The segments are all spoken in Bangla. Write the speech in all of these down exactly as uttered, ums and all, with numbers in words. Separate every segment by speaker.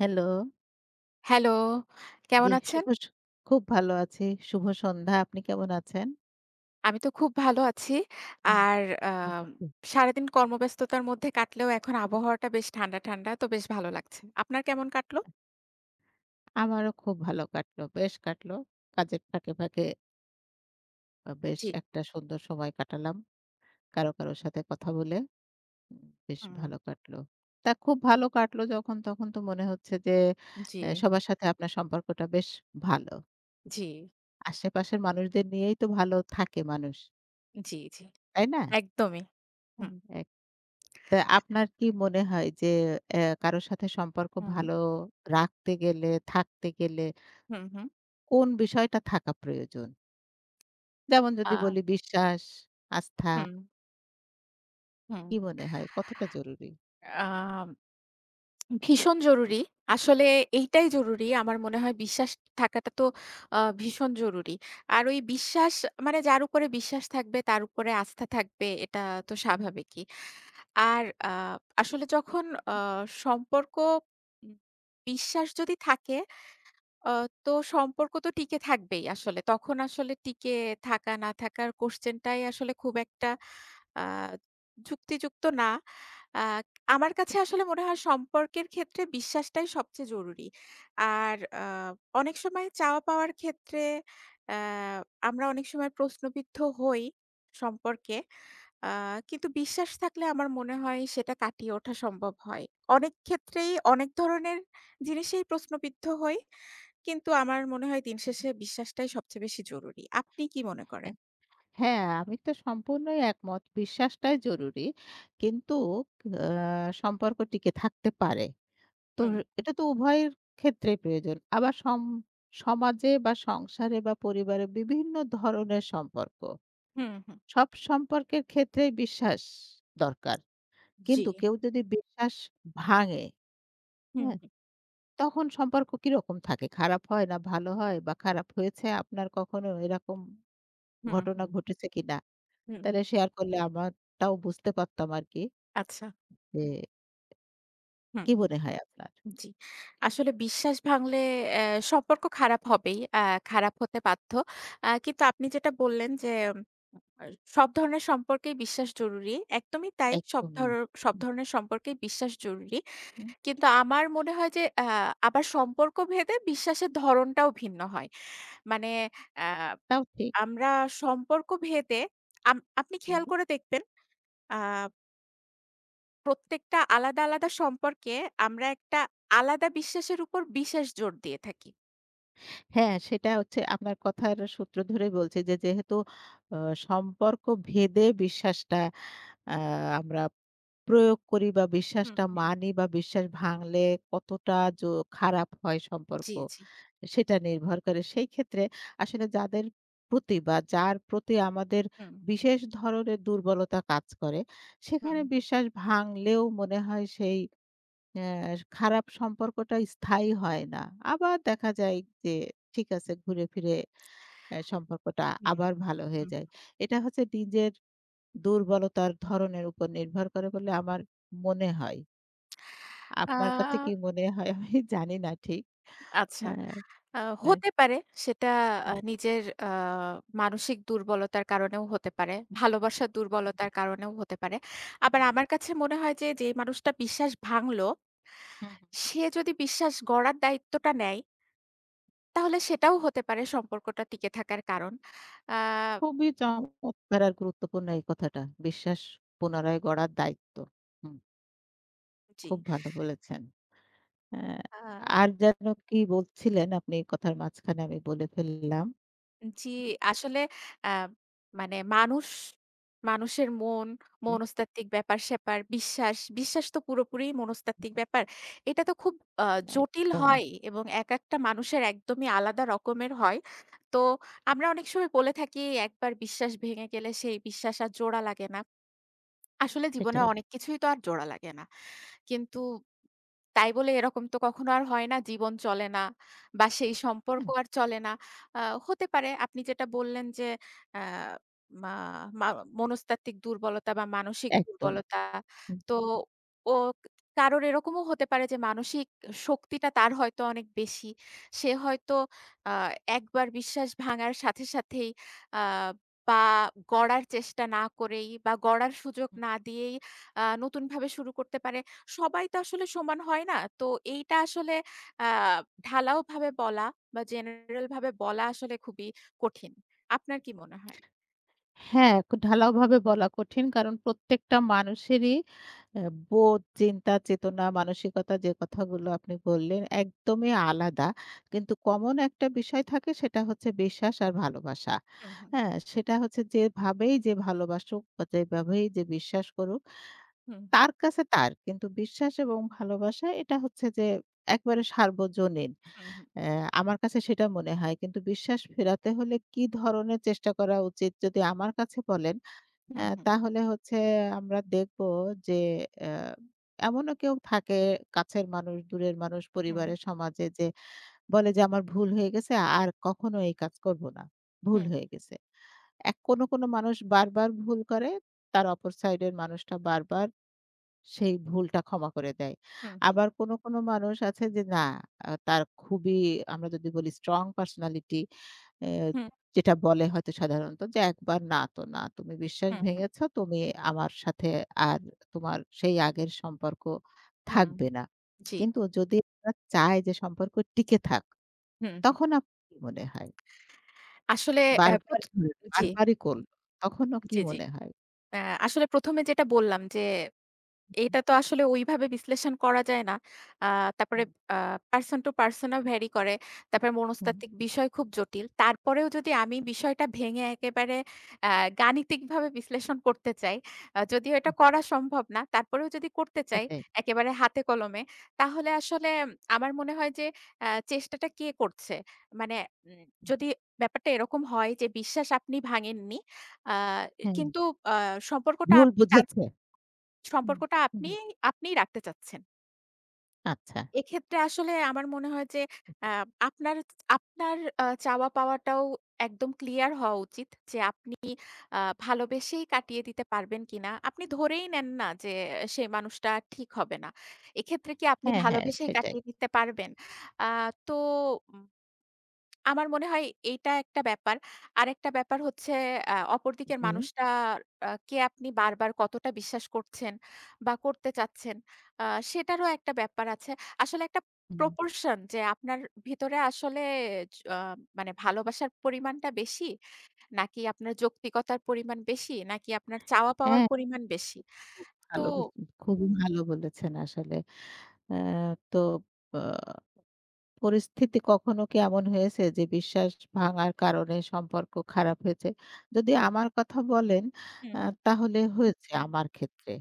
Speaker 1: হ্যালো।
Speaker 2: হ্যালো, কেমন
Speaker 1: জি,
Speaker 2: আছেন?
Speaker 1: শুভ স খুব ভালো আছি। শুভ সন্ধ্যা। আপনি কেমন আছেন?
Speaker 2: আমি তো খুব ভালো আছি।
Speaker 1: হুম,
Speaker 2: আর আ
Speaker 1: হুম, হুম।
Speaker 2: সারাদিন কর্মব্যস্ততার মধ্যে কাটলেও এখন আবহাওয়াটা বেশ ঠান্ডা, ঠান্ডা। তো বেশ ভালো লাগছে। আপনার কেমন কাটলো?
Speaker 1: আমারও খুব ভালো কাটলো। বেশ কাটলো। কাজের ফাঁকে, ফাঁকে আ বেশ
Speaker 2: জি।
Speaker 1: একটা সুন্দর সময় কাটালাম। কারো, কারো সাথে কথা বলে উম বেশ
Speaker 2: হুম।
Speaker 1: ভালো কাটলো। তা খুব ভালো কাটলো যখন, তখন তো মনে হচ্ছে যে
Speaker 2: জি,
Speaker 1: এ সবার সাথে আপনার সম্পর্কটা বেশ ভালো।
Speaker 2: জি,
Speaker 1: আশেপাশের মানুষদের নিয়েই তো ভালো থাকে মানুষ।
Speaker 2: জি, জি।
Speaker 1: তাই না?
Speaker 2: একদমই।
Speaker 1: হ্যাঁ।
Speaker 2: হুম।
Speaker 1: এক তা আপনার কি মনে হয় যে অ্যা কারো সাথে সম্পর্ক
Speaker 2: হুম।
Speaker 1: ভালো রাখতে গেলে, থাকতে গেলে
Speaker 2: হুম, হুম।
Speaker 1: কোন বিষয়টা থাকা প্রয়োজন? যেমন যদি
Speaker 2: আ
Speaker 1: বলি বিশ্বাস, আস্থা,
Speaker 2: হুম, হুম।
Speaker 1: কি মনে হয় কতটা জরুরি?
Speaker 2: আ ভীষণ জরুরি। আসলে এইটাই জরুরি। আমার মনে হয় বিশ্বাস থাকাটা তো আ ভীষণ জরুরি। আর ওই বিশ্বাস মানে যার উপরে বিশ্বাস থাকবে তার উপরে আস্থা থাকবে এটা তো স্বাভাবিকই। আর আ আসলে যখন আ সম্পর্ক উম বিশ্বাস যদি থাকে আ তো সম্পর্ক তো টিকে থাকবেই আসলে। তখন আসলে টিকে থাকা না থাকার কোয়েশ্চেনটাই আসলে খুব একটা আ যুক্তিযুক্ত না। আ আমার কাছে আসলে মনে হয় সম্পর্কের ক্ষেত্রে বিশ্বাসটাই সবচেয়ে জরুরি। আর আ অনেক সময় চাওয়া-পাওয়ার ক্ষেত্রে আ আমরা অনেক সময় প্রশ্নবিদ্ধ হই সম্পর্কে। আ কিন্তু বিশ্বাস থাকলে আমার মনে হয় সেটা কাটিয়ে ওঠা সম্ভব হয়। অনেক ক্ষেত্রেই অনেক ধরনের জিনিসেই প্রশ্নবিদ্ধ হই। কিন্তু আমার মনে হয় দিন শেষে বিশ্বাসটাই সবচেয়ে বেশি জরুরি। আপনি কি মনে
Speaker 1: অ্যা
Speaker 2: করেন?
Speaker 1: হ্যাঁ, আমি তো সম্পূর্ণই একমত। বিশ্বাসটাই জরুরি। কিন্তু আ সম্পর্ক টিকে থাকতে পারে। তো
Speaker 2: হুম,
Speaker 1: এটা তো উভয়ের ক্ষেত্রেই প্রয়োজন। আবার সম সমাজে বা সংসারে বা পরিবারে বিভিন্ন ধরনের সম্পর্ক।
Speaker 2: হুম, হুম।
Speaker 1: সব সম্পর্কের ক্ষেত্রেই বিশ্বাস দরকার।
Speaker 2: জি।
Speaker 1: কিন্তু কেউ যদি বিশ্বাস ভাঙে,
Speaker 2: হুম,
Speaker 1: হ্যাঁ?
Speaker 2: হুম,
Speaker 1: তখন সম্পর্ক কিরকম থাকে? খারাপ হয় না ভালো হয়? বা খারাপ হয়েছে, আপনার কখনো এরকম
Speaker 2: হুম,
Speaker 1: ঘটনা
Speaker 2: হুম।
Speaker 1: ঘটেছে কিনা?
Speaker 2: হুম,
Speaker 1: তাহলে শেয়ার করলে আমারটাও বুঝতে পারতাম আরকি,
Speaker 2: আচ্ছা।
Speaker 1: যে
Speaker 2: হুম,
Speaker 1: কি মনে হয় আপনার?
Speaker 2: জি। আসলে বিশ্বাস ভাঙলে অ্যা সম্পর্ক খারাপ হবেই। অ্যা খারাপ হতে বাধ্য। আ কিন্তু আপনি যেটা বললেন যে, আ সব ধরনের সম্পর্কেই বিশ্বাস জরুরি। একদমই তাই। সব
Speaker 1: একদমই।
Speaker 2: ধর সব
Speaker 1: হুম,
Speaker 2: ধরনের সম্পর্কেই বিশ্বাস জরুরি।
Speaker 1: হুম,
Speaker 2: কিন্তু আমার মনে হয় যে, আ আবার সম্পর্ক ভেদে বিশ্বাসের ধরনটাও ভিন্ন হয়। মানে অ্যা
Speaker 1: তাও ঠিক।
Speaker 2: আমরা সম্পর্ক ভেদে আম আপনি
Speaker 1: হুম।
Speaker 2: খেয়াল করে দেখবেন আ প্রত্যেকটা আলাদা, আলাদা সম্পর্কে আমরা একটা আলাদা বিশ্বাসের উপর বিশেষ জোর দিয়ে থাকি।
Speaker 1: হ্যাঁ, সেটা হচ্ছে আপনার কথার সূত্র ধরে বলছি যে যেহেতু আ সম্পর্ক ভেদে বিশ্বাসটা আ আমরা প্রয়োগ করি বা
Speaker 2: হুম,
Speaker 1: বিশ্বাসটা
Speaker 2: হুম।
Speaker 1: মানি বা বিশ্বাস ভাঙলে কতটা জ খারাপ হয়
Speaker 2: জি,
Speaker 1: সম্পর্ক,
Speaker 2: জি।
Speaker 1: সেটা নির্ভর করে। সেই ক্ষেত্রে আসলে যাদের প্রতি বা যার প্রতি আমাদের
Speaker 2: হুম,
Speaker 1: বিশেষ ধরনের দুর্বলতা কাজ করে,
Speaker 2: হুম,
Speaker 1: সেখানে বিশ্বাস ভাঙলেও মনে হয় সেই অ্যা খারাপ সম্পর্কটা স্থায়ী হয় না। আবার দেখা যায় যে ঠিক আছে, ঘুরে ফিরে অ্যা সম্পর্কটা
Speaker 2: হুম,
Speaker 1: আবার ভালো হয়ে
Speaker 2: হুম।
Speaker 1: যায়। এটা হচ্ছে নিজের দুর্বলতার ধরনের উপর নির্ভর করে বলে আমার মনে হয়।
Speaker 2: আ
Speaker 1: আপনার কাছে কি মনে হয় আমি জানি না ঠিক।
Speaker 2: আচ্ছা।
Speaker 1: হ্যাঁ,
Speaker 2: আ
Speaker 1: হ্যাঁ।
Speaker 2: হতে পারে সেটা আ নিজের আ মানসিক দুর্বলতার কারণেও হতে পারে। ভালোবাসার দুর্বলতার কারণেও হতে পারে। আবার
Speaker 1: হুম,
Speaker 2: আমার কাছে মনে হয় যে, যে মানুষটা বিশ্বাস ভাঙলো,
Speaker 1: হুম, হুম।
Speaker 2: সে যদি বিশ্বাস গড়ার দায়িত্বটা নেয়, তাহলে সেটাও হতে পারে সম্পর্কটা টিকে থাকার কারণ। আ
Speaker 1: খুবই চমৎকার আর গুরুত্বপূর্ণ এই কথাটা। বিশ্বাস পুনরায় গড়ার দায়িত্ব। হুম,
Speaker 2: জি।
Speaker 1: খুব ভালো বলেছেন। হ্যাঁ,
Speaker 2: আ
Speaker 1: আর যেন কি বলছিলেন আপনি, এই কথার মাঝখানে আমি বলে ফেললাম।
Speaker 2: জি, আসলে আ মানে মানুষ, মানুষের মন,
Speaker 1: হুম,
Speaker 2: মনস্তাত্ত্বিক ব্যাপার-স্যাপার, বিশ্বাস, বিশ্বাস তো পুরোপুরি মনস্তাত্ত্বিক ব্যাপার। এটা তো খুব আ জটিল
Speaker 1: একদমই
Speaker 2: হয় এবং একেকটা মানুষের একদমই আলাদা রকমের হয়। তো আমরা অনেক সময় বলে থাকি একবার বিশ্বাস ভেঙে গেলে সেই বিশ্বাস আর জোড়া লাগে না। আসলে জীবনে
Speaker 1: সেটাই।
Speaker 2: অনেক কিছুই তো আর জোড়া লাগে না। কিন্তু তাই বলে এরকম তো কখনো আর হয় না জীবন চলে না বা সেই সম্পর্ক
Speaker 1: হ্যাঁ,
Speaker 2: আর চলে না। আ হতে পারে আপনি যেটা বললেন যে আ মা মা মনস্তাত্ত্বিক দুর্বলতা বা মানসিক
Speaker 1: একদম।
Speaker 2: দুর্বলতা।
Speaker 1: হুম।
Speaker 2: তো ও কারোর এরকমও হতে পারে যে মানসিক শক্তিটা তার হয়তো অনেক বেশি। সে হয়তো আ একবার বিশ্বাস ভাঙার সাথে সাথেই আ বা গড়ার চেষ্টা না করেই বা গড়ার সুযোগ না দিয়েই আ নতুনভাবে শুরু করতে পারে। সবাই তো আসলে সমান হয় না। তো এইটা আসলে আ ঢালাওভাবে বলা বা জেনারেল ভাবে বলা আসলে খুবই কঠিন। আপনার কি মনে হয়?
Speaker 1: হ্যাঁ, ঢালাওভাবে বলা কঠিন কারণ প্রত্যেকটা মানুষেরই অ্যা বোধ, চিন্তা, চেতনা, মানসিকতা, যে কথাগুলো আপনি বললেন, একদমই আলাদা। কিন্তু কমন একটা বিষয় থাকে, সেটা হচ্ছে বিশ্বাস আর ভালোবাসা।
Speaker 2: হুম, হুম,
Speaker 1: হ্যাঁ? সেটা হচ্ছে যেভাবেই যে ভালোবাসুক বা যেভাবেই যে বিশ্বাস করুক,
Speaker 2: হুম,
Speaker 1: তার কাছে তার। কিন্তু বিশ্বাস এবং ভালোবাসা এটা হচ্ছে যে একবারে সার্বজনীন।
Speaker 2: হুম, হুম,
Speaker 1: অ্যা আমার কাছে সেটা মনে হয়। কিন্তু বিশ্বাস ফেরাতে হলে কি ধরনের চেষ্টা করা উচিত যদি আমার কাছে বলেন, অ্যা
Speaker 2: হুম, হুম,
Speaker 1: তাহলে হচ্ছে আমরা দেখব যে অ্যা এমনও কেউ থাকে, কাছের মানুষ, দূরের মানুষ,
Speaker 2: হুম,
Speaker 1: পরিবারের, সমাজে, যে বলে যে আমার ভুল হয়ে গেছে, আর কখনো এই কাজ করব না। ভুল
Speaker 2: হুম,
Speaker 1: হয়ে গেছে। এক কোনো, কোনো মানুষ বারবার ভুল করে। তার অপর সাইডের মানুষটা বারবার সেই ভুলটা ক্ষমা করে দেয়।
Speaker 2: হুম, হুম,
Speaker 1: আবার কোনো, কোনো মানুষ আছে যে না, আ তার খুবই, আমরা যদি বলি স্ট্রং পার্সোনালিটি, এ যেটা বলে হয়তো সাধারণত যে একবার না তো না। তুমি বিশ্বাস
Speaker 2: হুম,
Speaker 1: ভেঙেছ, তুমি আমার সাথে আর তোমার সেই আগের সম্পর্ক
Speaker 2: হুম,
Speaker 1: থাকবে না।
Speaker 2: জি,
Speaker 1: কিন্তু যদি আমরা চাই যে সম্পর্ক টিকে থাক,
Speaker 2: হুম, হুম।
Speaker 1: তখন আপনার কি মনে হয়?
Speaker 2: আসলে অ্যা
Speaker 1: বারবার
Speaker 2: প্রত
Speaker 1: ধরে
Speaker 2: জি,
Speaker 1: বারবারই করল। তখনও কি
Speaker 2: জি, জি।
Speaker 1: মনে হয়?
Speaker 2: অ্যা আসলে প্রথম এ যেটা বললাম যে এটা তো আসলে ওইভাবে বিশ্লেষণ করা যায় না। আ তারপরে
Speaker 1: হুম,
Speaker 2: আ পারসন টু পারসন ও ভ্যারি করে। তারপরে
Speaker 1: হুম,
Speaker 2: মনস্তাত্ত্বিক বিষয় খুব জটিল। তারপরেও যদি আমি বিষয়টা ভেঙে একেবারে আ গাণিতিকভাবে বিশ্লেষণ করতে চাই, আ যদিও এটা
Speaker 1: হুম।
Speaker 2: করা সম্ভব না, তারপরেও যদি করতে চাই
Speaker 1: সেটাই।
Speaker 2: একেবারে হাতে কলমে, তাহলে আসলে আমার মনে হয় যে আ চেষ্টাটা কে করছে? মানে উম যদি ব্যাপারটা এরকম হয় যে বিশ্বাস আপনি ভাঙেননি, আ
Speaker 1: হ্যাঁ।
Speaker 2: কিন্তু আ সম্পর্কটা
Speaker 1: ভুল
Speaker 2: আপনি তার
Speaker 1: বুঝেছে। হুম,
Speaker 2: সম্পর্কটা
Speaker 1: হুম,
Speaker 2: আপনি
Speaker 1: হুম।
Speaker 2: আপনিই রাখতে চাচ্ছেন।
Speaker 1: আচ্ছা।
Speaker 2: এক্ষেত্রে আসলে আমার মনে হয় যে আ আপনার আপনার আ চাওয়া পাওয়াটাও একদম ক্লিয়ার হওয়া উচিত যে আপনি আ ভালোবেসেই কাটিয়ে দিতে পারবেন কিনা। আপনি ধরেই নেন না যে সে মানুষটা ঠিক হবে না। এক্ষেত্রে কি আপনি
Speaker 1: হ্যাঁ, হ্যাঁ,
Speaker 2: ভালোবেসেই
Speaker 1: সেটাই।
Speaker 2: কাটিয়ে দিতে পারবেন? আ তো আমার মনে হয় এইটা একটা ব্যাপার। আরেকটা ব্যাপার হচ্ছে আ অপরদিকের
Speaker 1: জি,
Speaker 2: মানুষটার আ কে আপনি বারবার কতটা বিশ্বাস করছেন বা করতে চাচ্ছেন, আ সেটারও একটা ব্যাপার আছে। আসলে একটা
Speaker 1: হুম।
Speaker 2: proportion যে আপনার ভিতরে আসলে জ আ মানে ভালোবাসার পরিমাণটা বেশি, নাকি আপনার যৌক্তিকতার পরিমাণ বেশি, নাকি আপনার চাওয়া পাওয়ার
Speaker 1: হ্যাঁ,
Speaker 2: পরিমাণ বেশি।
Speaker 1: খুব
Speaker 2: তো
Speaker 1: ভালো বলেছেন। খুবই ভালো বলেছেন আসলে। আ তো আ পরিস্থিতি কখনো কি এমন হয়েছে যে বিশ্বাস ভাঙার কারণে সম্পর্ক খারাপ হয়েছে? যদি আমার কথা বলেন,
Speaker 2: হুম,
Speaker 1: আ
Speaker 2: হুম।
Speaker 1: তাহলে হয়েছে আমার ক্ষেত্রে।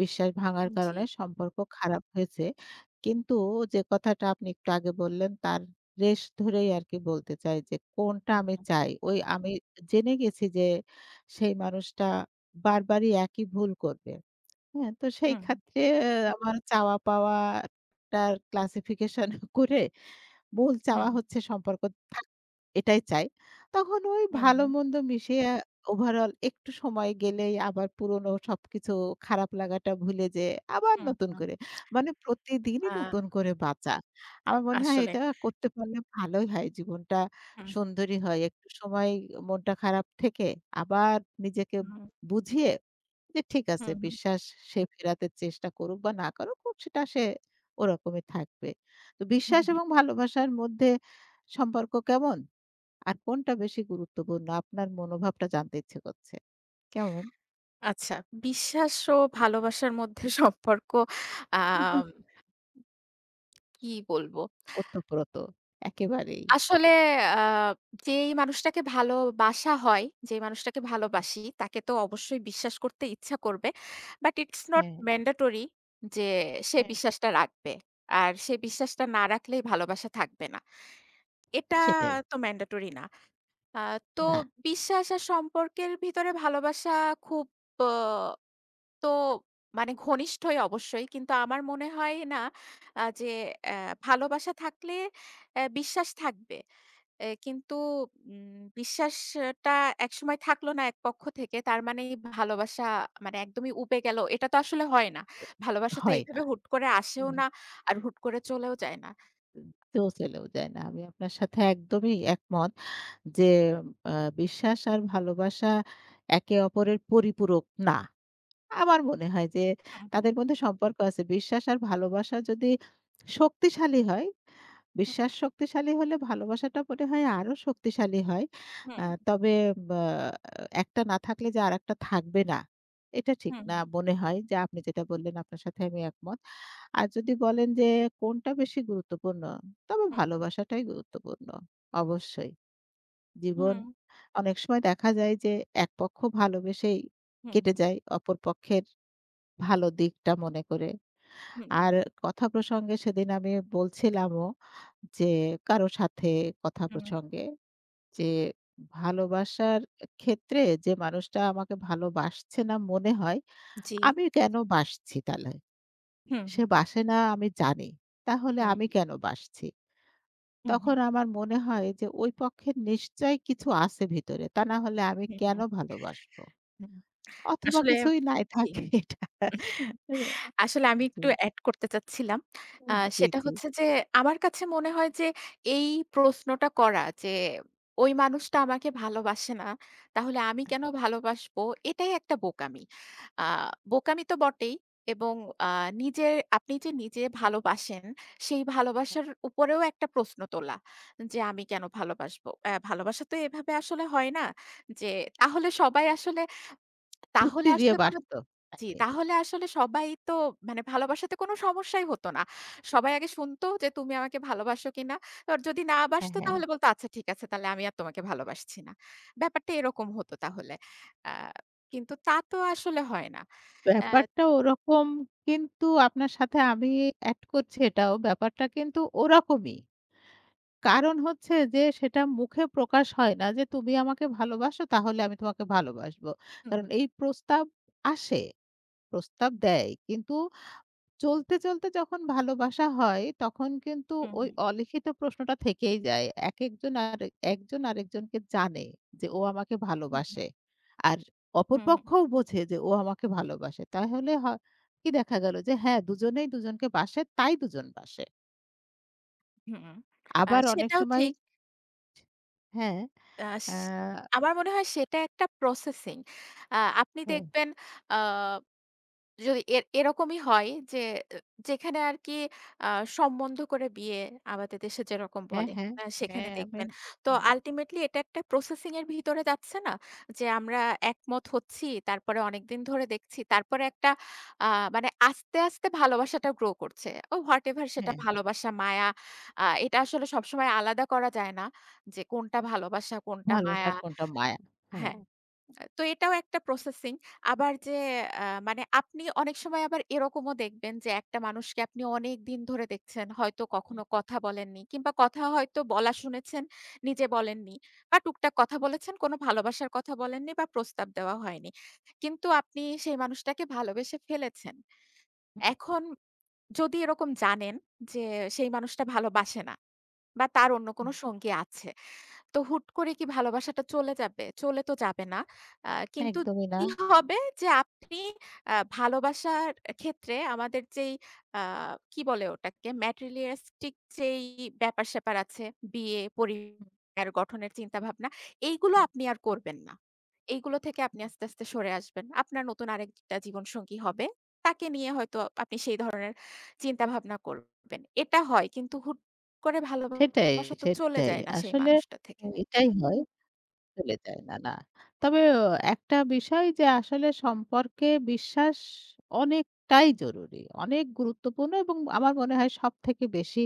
Speaker 1: বিশ্বাস ভাঙার
Speaker 2: জি।
Speaker 1: কারণে সম্পর্ক খারাপ হয়েছে। কিন্তু যে কথাটা আপনি একটু আগে বললেন, তার রেশ ধরেই আরকি বলতে চাই যে কোনটা
Speaker 2: হুম,
Speaker 1: আমি
Speaker 2: হুম,
Speaker 1: চাই। ওই আমি জেনে গেছি যে সেই মানুষটা বারবারই একই ভুল করবে। হ্যাঁ? তো সেই
Speaker 2: হুম,
Speaker 1: ক্ষেত্রে আমার চাওয়া পাওয়াটার ক্লাসিফিকেশন করে মূল চাওয়া
Speaker 2: হুম,
Speaker 1: হচ্ছে সম্পর্ক থাক, এটাই চাই। তখন ওই
Speaker 2: হুম, হুম, হুম,
Speaker 1: ভালো-মন্দ মিশিয়ে ওভারঅল একটু সময় গেলেই আবার পুরনো সবকিছু, খারাপ লাগাটা ভুলে যেয়ে আবার
Speaker 2: হুম,
Speaker 1: নতুন
Speaker 2: হুম।
Speaker 1: করে। মানে প্রতিদিনই
Speaker 2: আ
Speaker 1: নতুন করে বাঁচা। আমার মনে হয়
Speaker 2: আসলে
Speaker 1: এটা করতে পারলে ভালোই হয়। জীবনটা
Speaker 2: হুম,
Speaker 1: সুন্দরই হয়। একটু সময় মনটা খারাপ থেকে আবার নিজেকে
Speaker 2: হুম,
Speaker 1: বুঝিয়ে যে ঠিক আছে,
Speaker 2: হুম, হুম।
Speaker 1: বিশ্বাস সে ফেরাতে চেষ্টা করুক বা না করুক, সেটা সে ওরকমই থাকবে। তো
Speaker 2: হুম,
Speaker 1: বিশ্বাস
Speaker 2: হুম।
Speaker 1: এবং ভালোবাসার মধ্যে সম্পর্ক কেমন? আর কোনটা বেশি গুরুত্বপূর্ণ? আপনার মনোভাবটা জানতে ইচ্ছে করছে। কেমন?
Speaker 2: আচ্ছা বিশ্বাস ও ভালোবাসার মধ্যে সম্পর্ক আম কি বলবো?
Speaker 1: ওতপ্রোত একেবারেই।
Speaker 2: আসলে আ যেই মানুষটাকে ভালোবাসা হয়, যেই মানুষটাকে ভালোবাসি তাকে তো অবশ্যই বিশ্বাস করতে ইচ্ছা করবে। বাট ইটস নট
Speaker 1: হ্যাঁ,
Speaker 2: ম্যান্ডেটরি যে সে
Speaker 1: হ্যাঁ
Speaker 2: বিশ্বাসটা রাখবে। আর সে বিশ্বাসটা না রাখলেই ভালোবাসা থাকবে না। এটা
Speaker 1: সেটাই।
Speaker 2: তো ম্যান্ডেটরি না। আ তো
Speaker 1: না,
Speaker 2: বিশ্বাস আর সম্পর্কের ভিতরে ভালোবাসা খুব অ তো মানে ঘনিষ্ঠই অবশ্যই। কিন্তু আমার মনে হয় না আ যে অ্যা ভালোবাসা থাকলে অ্যা বিশ্বাস থাকবে। এ কিন্তু উম বিশ্বাসটা একসময় থাকলো না এক পক্ষ থেকে। তার মানে এই ভালোবাসা মানে একদমই উবে গেল। এটা তো আসলে হয় না। ভালোবাসা তো
Speaker 1: হয় না।
Speaker 2: এইভাবে হুট করে আসেও
Speaker 1: হুম।
Speaker 2: না, আর হুট করে চলেও যায় না।
Speaker 1: তো চলেও যায় না। আমি আপনার সাথে একদমই একমত যে আ বিশ্বাস আর ভালোবাসা একে অপরের পরিপূরক না। আমার মনে হয় যে
Speaker 2: হুম, হুম,
Speaker 1: তাদের মধ্যে সম্পর্ক আছে। বিশ্বাস আর ভালোবাসা যদি শক্তিশালী হয়,
Speaker 2: হুম,
Speaker 1: বিশ্বাস শক্তিশালী হলে ভালোবাসাটা মনে হয় আরো শক্তিশালী হয়। আ তবে বা একটা না থাকলে যে আরেকটা থাকবে না, এটা ঠিক
Speaker 2: হুম,
Speaker 1: না মনে হয়, যে আপনি যেটা বললেন আপনার সাথে আমি একমত। আর যদি বলেন যে কোনটা বেশি গুরুত্বপূর্ণ, তবে
Speaker 2: হুম,
Speaker 1: ভালোবাসাটাই গুরুত্বপূর্ণ। অবশ্যই। জীবন,
Speaker 2: হুম,
Speaker 1: অনেক সময় দেখা যায় যে এক পক্ষ ভালোবেসেই
Speaker 2: হুম,
Speaker 1: কেটে
Speaker 2: হুম,
Speaker 1: যায়, অপর পক্ষের ভালো দিকটা মনে করে।
Speaker 2: হুম,
Speaker 1: আর কথা প্রসঙ্গে সেদিন আমি বলছিলামও যে কারো সাথে কথা
Speaker 2: হুম,
Speaker 1: প্রসঙ্গে যে ভালোবাসার ক্ষেত্রে, যে মানুষটা আমাকে ভালোবাসছে না মনে হয়,
Speaker 2: জি।
Speaker 1: আমি কেন বাসছি তাহলে?
Speaker 2: হুম,
Speaker 1: সে
Speaker 2: হুম,
Speaker 1: বাসে না আমি জানি। তাহলে
Speaker 2: হুম,
Speaker 1: আমি কেন বাসছি?
Speaker 2: হুম, হুম,
Speaker 1: তখন আমার মনে হয় যে ওই পক্ষের নিশ্চয়ই কিছু আছে ভিতরে। তা না হলে আমি
Speaker 2: হুম,
Speaker 1: কেন
Speaker 2: হুম,
Speaker 1: ভালোবাসবো?
Speaker 2: হুম।
Speaker 1: অথবা
Speaker 2: আসলে
Speaker 1: কিছুই নাই
Speaker 2: জি।
Speaker 1: থাকে এটা।
Speaker 2: আসলে আমি
Speaker 1: জি,
Speaker 2: একটু এড করতে চাচ্ছিলাম। আ
Speaker 1: জি,
Speaker 2: সেটা
Speaker 1: জি।
Speaker 2: হচ্ছে যে আমার কাছে মনে হয় যে এই প্রশ্নটা করা যে ওই মানুষটা আমাকে ভালোবাসে না। তাহলে আমি কেন ভালোবাসবো? এটাই একটা বোকামি। আ বোকামি তো বটেই এবং আ নিজের আপনি যে নিজে ভালোবাসেন সেই ভালোবাসার উপরেও একটা প্রশ্ন তোলা। যে আমি কেন ভালোবাসবো? অ্যা ভালোবাসা তো এভাবে আসলে হয় না। যে তাহলে সবাই আসলে তাহলে
Speaker 1: যুক্তি দিয়ে
Speaker 2: আসলে কোনো
Speaker 1: বাসত
Speaker 2: জি,
Speaker 1: তাকে।
Speaker 2: তাহলে আসলে সবাই তো মানে ভালোবাসাতে কোনো সমস্যাই হতো না। সবাই আগে শুনতো যে, "তুমি আমাকে ভালোবাসো কিনা?" আর যদি না
Speaker 1: হ্যাঁ,
Speaker 2: বাসতো
Speaker 1: হ্যাঁ।
Speaker 2: তাহলে বলতো, "আচ্ছা ঠিক আছে তাহলে আমি আর তোমাকে ভালোবাসছি না।" ব্যাপারটা এরকম হতো তাহলে। আ কিন্তু তা তো আসলে হয় না। অ্যা
Speaker 1: ব্যাপারটা ওরকম, কিন্তু আপনার সাথে আমি এড করছি এটাও। ব্যাপারটা কিন্তু ওরকমই। কারণ হচ্ছে যে সেটা মুখে প্রকাশ হয় না যে, "তুমি আমাকে ভালোবাসো তাহলে আমি তোমাকে ভালোবাসবো।"
Speaker 2: হুম,
Speaker 1: কারণ
Speaker 2: হুম,
Speaker 1: এই প্রস্তাব আসে, প্রস্তাব দেয়। কিন্তু চলতে, চলতে যখন ভালোবাসা হয় তখন কিন্তু
Speaker 2: হুম,
Speaker 1: ওই অলিখিত প্রশ্নটা থেকেই যায়। একেকজন আর একজন আরেকজনকে জানে যে ও আমাকে
Speaker 2: হুম,
Speaker 1: ভালোবাসে। আর অপর
Speaker 2: হুম,
Speaker 1: পক্ষও বোঝে যে ও আমাকে ভালোবাসে। তাহলে হ কি দেখা গেল যে হ্যাঁ, দুজনেই দুজনকে বাসে তাই দুজন বাসে।
Speaker 2: হুম, হুম। আ
Speaker 1: আবার অনেক
Speaker 2: সেটাও
Speaker 1: সময়,
Speaker 2: ঠিক।
Speaker 1: হ্যাঁ,
Speaker 2: আ স
Speaker 1: আ
Speaker 2: আমার মনে হয় সেটা একটা প্রসেসিং। আ আপনি
Speaker 1: হ্যাঁ,
Speaker 2: দেখবেন আ যদি এর এরকমই হয় যে এ যেখানে আরকি আ সম্বন্ধ করে বিয়ে আমাদের দেশে যেরকম
Speaker 1: হ্যাঁ,
Speaker 2: বলে,
Speaker 1: হ্যাঁ,
Speaker 2: আ সেখানে
Speaker 1: হ্যাঁ, আমি,
Speaker 2: দেখবেন। তো
Speaker 1: হুম,
Speaker 2: আল্টিমেটলি এটা একটা প্রসেসিং এর ভিতরে যাচ্ছে না? যে আমরা একমত হচ্ছি, তারপরে অনেকদিন ধরে দেখছি। তারপরে একটা আ মানে আস্তে, আস্তে ভালোবাসাটা গ্রো করছে। ও হোয়াটএভার সেটা
Speaker 1: হ্যাঁ,
Speaker 2: ভালোবাসা, মায়া আ এটা আসলে সবসময় আলাদা করা যায় না যে কোনটা ভালোবাসা, কোনটা
Speaker 1: ভালোবাসা
Speaker 2: মায়া
Speaker 1: আর কোনটা মায়া। হ্যাঁ,
Speaker 2: হ্যাঁ। আ তো এটাও একটা প্রসেসিং। আবার যে আ মানে আপনি অনেক সময় আবার এরকমও দেখবেন যে একটা মানুষকে আপনি অনেকদিন ধরে দেখছেন। হয়তো
Speaker 1: হুম,
Speaker 2: কখনো কথা বলেননি কিংবা কথা হয়তো বলা শুনেছেন, নিজে বলেননি বা টুকটাক কথা বলেছেন, কোনো ভালোবাসার কথা বলেননি বা প্রস্তাব দেওয়া হয়নি। কিন্তু আপনি সেই মানুষটাকে ভালোবেসে ফেলেছেন। এখন যদি এরকম জানেন যে সেই মানুষটা ভালোবাসে না বা তার অন্য
Speaker 1: হুম,
Speaker 2: কোনো সঙ্গী আছে। তো হুট করে কি ভালোবাসাটা চলে যাবে? চলে তো যাবে না। আ কিন্তু
Speaker 1: একদমই না।
Speaker 2: কি হবে যে আপনি আ ভালোবাসার ক্ষেত্রে আমাদের যেই আ কি বলে ওটাকে ম্যাটেরিয়ালিস্টিক যেই ব্যাপার-স্যাপার আছে, বিয়ে,
Speaker 1: হুম,
Speaker 2: পরিবার গঠনের চিন্তাভাবনা, এইগুলো
Speaker 1: হুম,
Speaker 2: আপনি আর করবেন না। এইগুলো থেকে আপনি
Speaker 1: হুম।
Speaker 2: আস্তে, আস্তে সরে আসবেন। আপনার নতুন আরেকটা জীবনসঙ্গী হবে। তাকে নিয়ে হয়তো আপনি সেই ধরনের চিন্তাভাবনা করবেন। এটা হয় কিন্তু হুট করে
Speaker 1: সেটাই,
Speaker 2: ভালোবাসা তো চলে
Speaker 1: সেটাই।
Speaker 2: যায় না সেই
Speaker 1: আসলে
Speaker 2: মানুষটা
Speaker 1: ও
Speaker 2: থেকে।
Speaker 1: এটাই হয়, চলে যায়। না, না। তবে ও একটা বিষয় যে আসলে সম্পর্কে বিশ্বাস অনেকটাই জরুরি। অনেক গুরুত্বপূর্ণ এবং আমার মনে হয় সবথেকে বেশি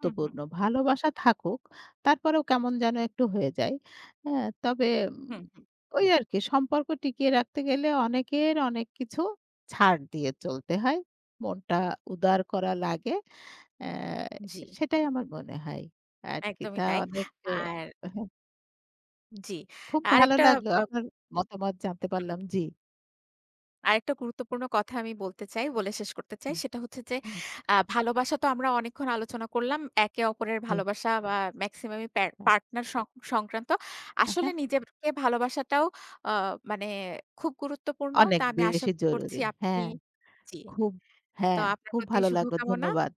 Speaker 2: হুম, হুম।
Speaker 1: ভালোবাসা থাকুক, তারপরেও কেমন যেন একটু হয়ে যায়। হ্যাঁ? তবে উম
Speaker 2: হুম, হুম।
Speaker 1: ওই আরকি সম্পর্ক টিকিয়ে রাখতে গেলে অনেকের অনেক কিছু ছাড় দিয়ে চলতে হয়। মনটা উদার করা লাগে। অ্যা
Speaker 2: জি,
Speaker 1: সেটাই আমার মনে হয়। আর কি
Speaker 2: একদমই
Speaker 1: তা
Speaker 2: তাই।
Speaker 1: অনেক আ
Speaker 2: আর
Speaker 1: হ্যাঁ,
Speaker 2: জি,
Speaker 1: খুব ভালো
Speaker 2: আরেকটা
Speaker 1: লাগলো
Speaker 2: আ
Speaker 1: আপনার মতামত জানতে
Speaker 2: হুম,
Speaker 1: পারলাম। জি,
Speaker 2: আরেকটা গুরুত্বপূর্ণ কথা আমি বলতে চাই, বলে শেষ করতে চাই।
Speaker 1: হুম,
Speaker 2: সেটা হচ্ছে যে
Speaker 1: হুম,
Speaker 2: আ ভালোবাসা তো আমরা অনেকক্ষণ আলোচনা করলাম। একে অপরের
Speaker 1: জি,
Speaker 2: ভালোবাসা বা মেক্সিমামই প্যা
Speaker 1: হ্যাঁ,
Speaker 2: পার্টনার সং সংক্রান্ত।
Speaker 1: হ্যাঁ,
Speaker 2: আসলে
Speaker 1: হ্যাঁ,
Speaker 2: নিজেকে ভালোবাসাটাও আ মানে খুব গুরুত্বপূর্ণ।
Speaker 1: অনেক
Speaker 2: তা আমি আশা
Speaker 1: বেশি জরুরি।
Speaker 2: করছি আপনি
Speaker 1: হ্যাঁ,
Speaker 2: জি।
Speaker 1: খুব
Speaker 2: তো
Speaker 1: হ্যাঁ,
Speaker 2: আপনার
Speaker 1: খুব
Speaker 2: প্রতি
Speaker 1: ভালো লাগলো।
Speaker 2: শুভকামনা।
Speaker 1: ধন্যবাদ।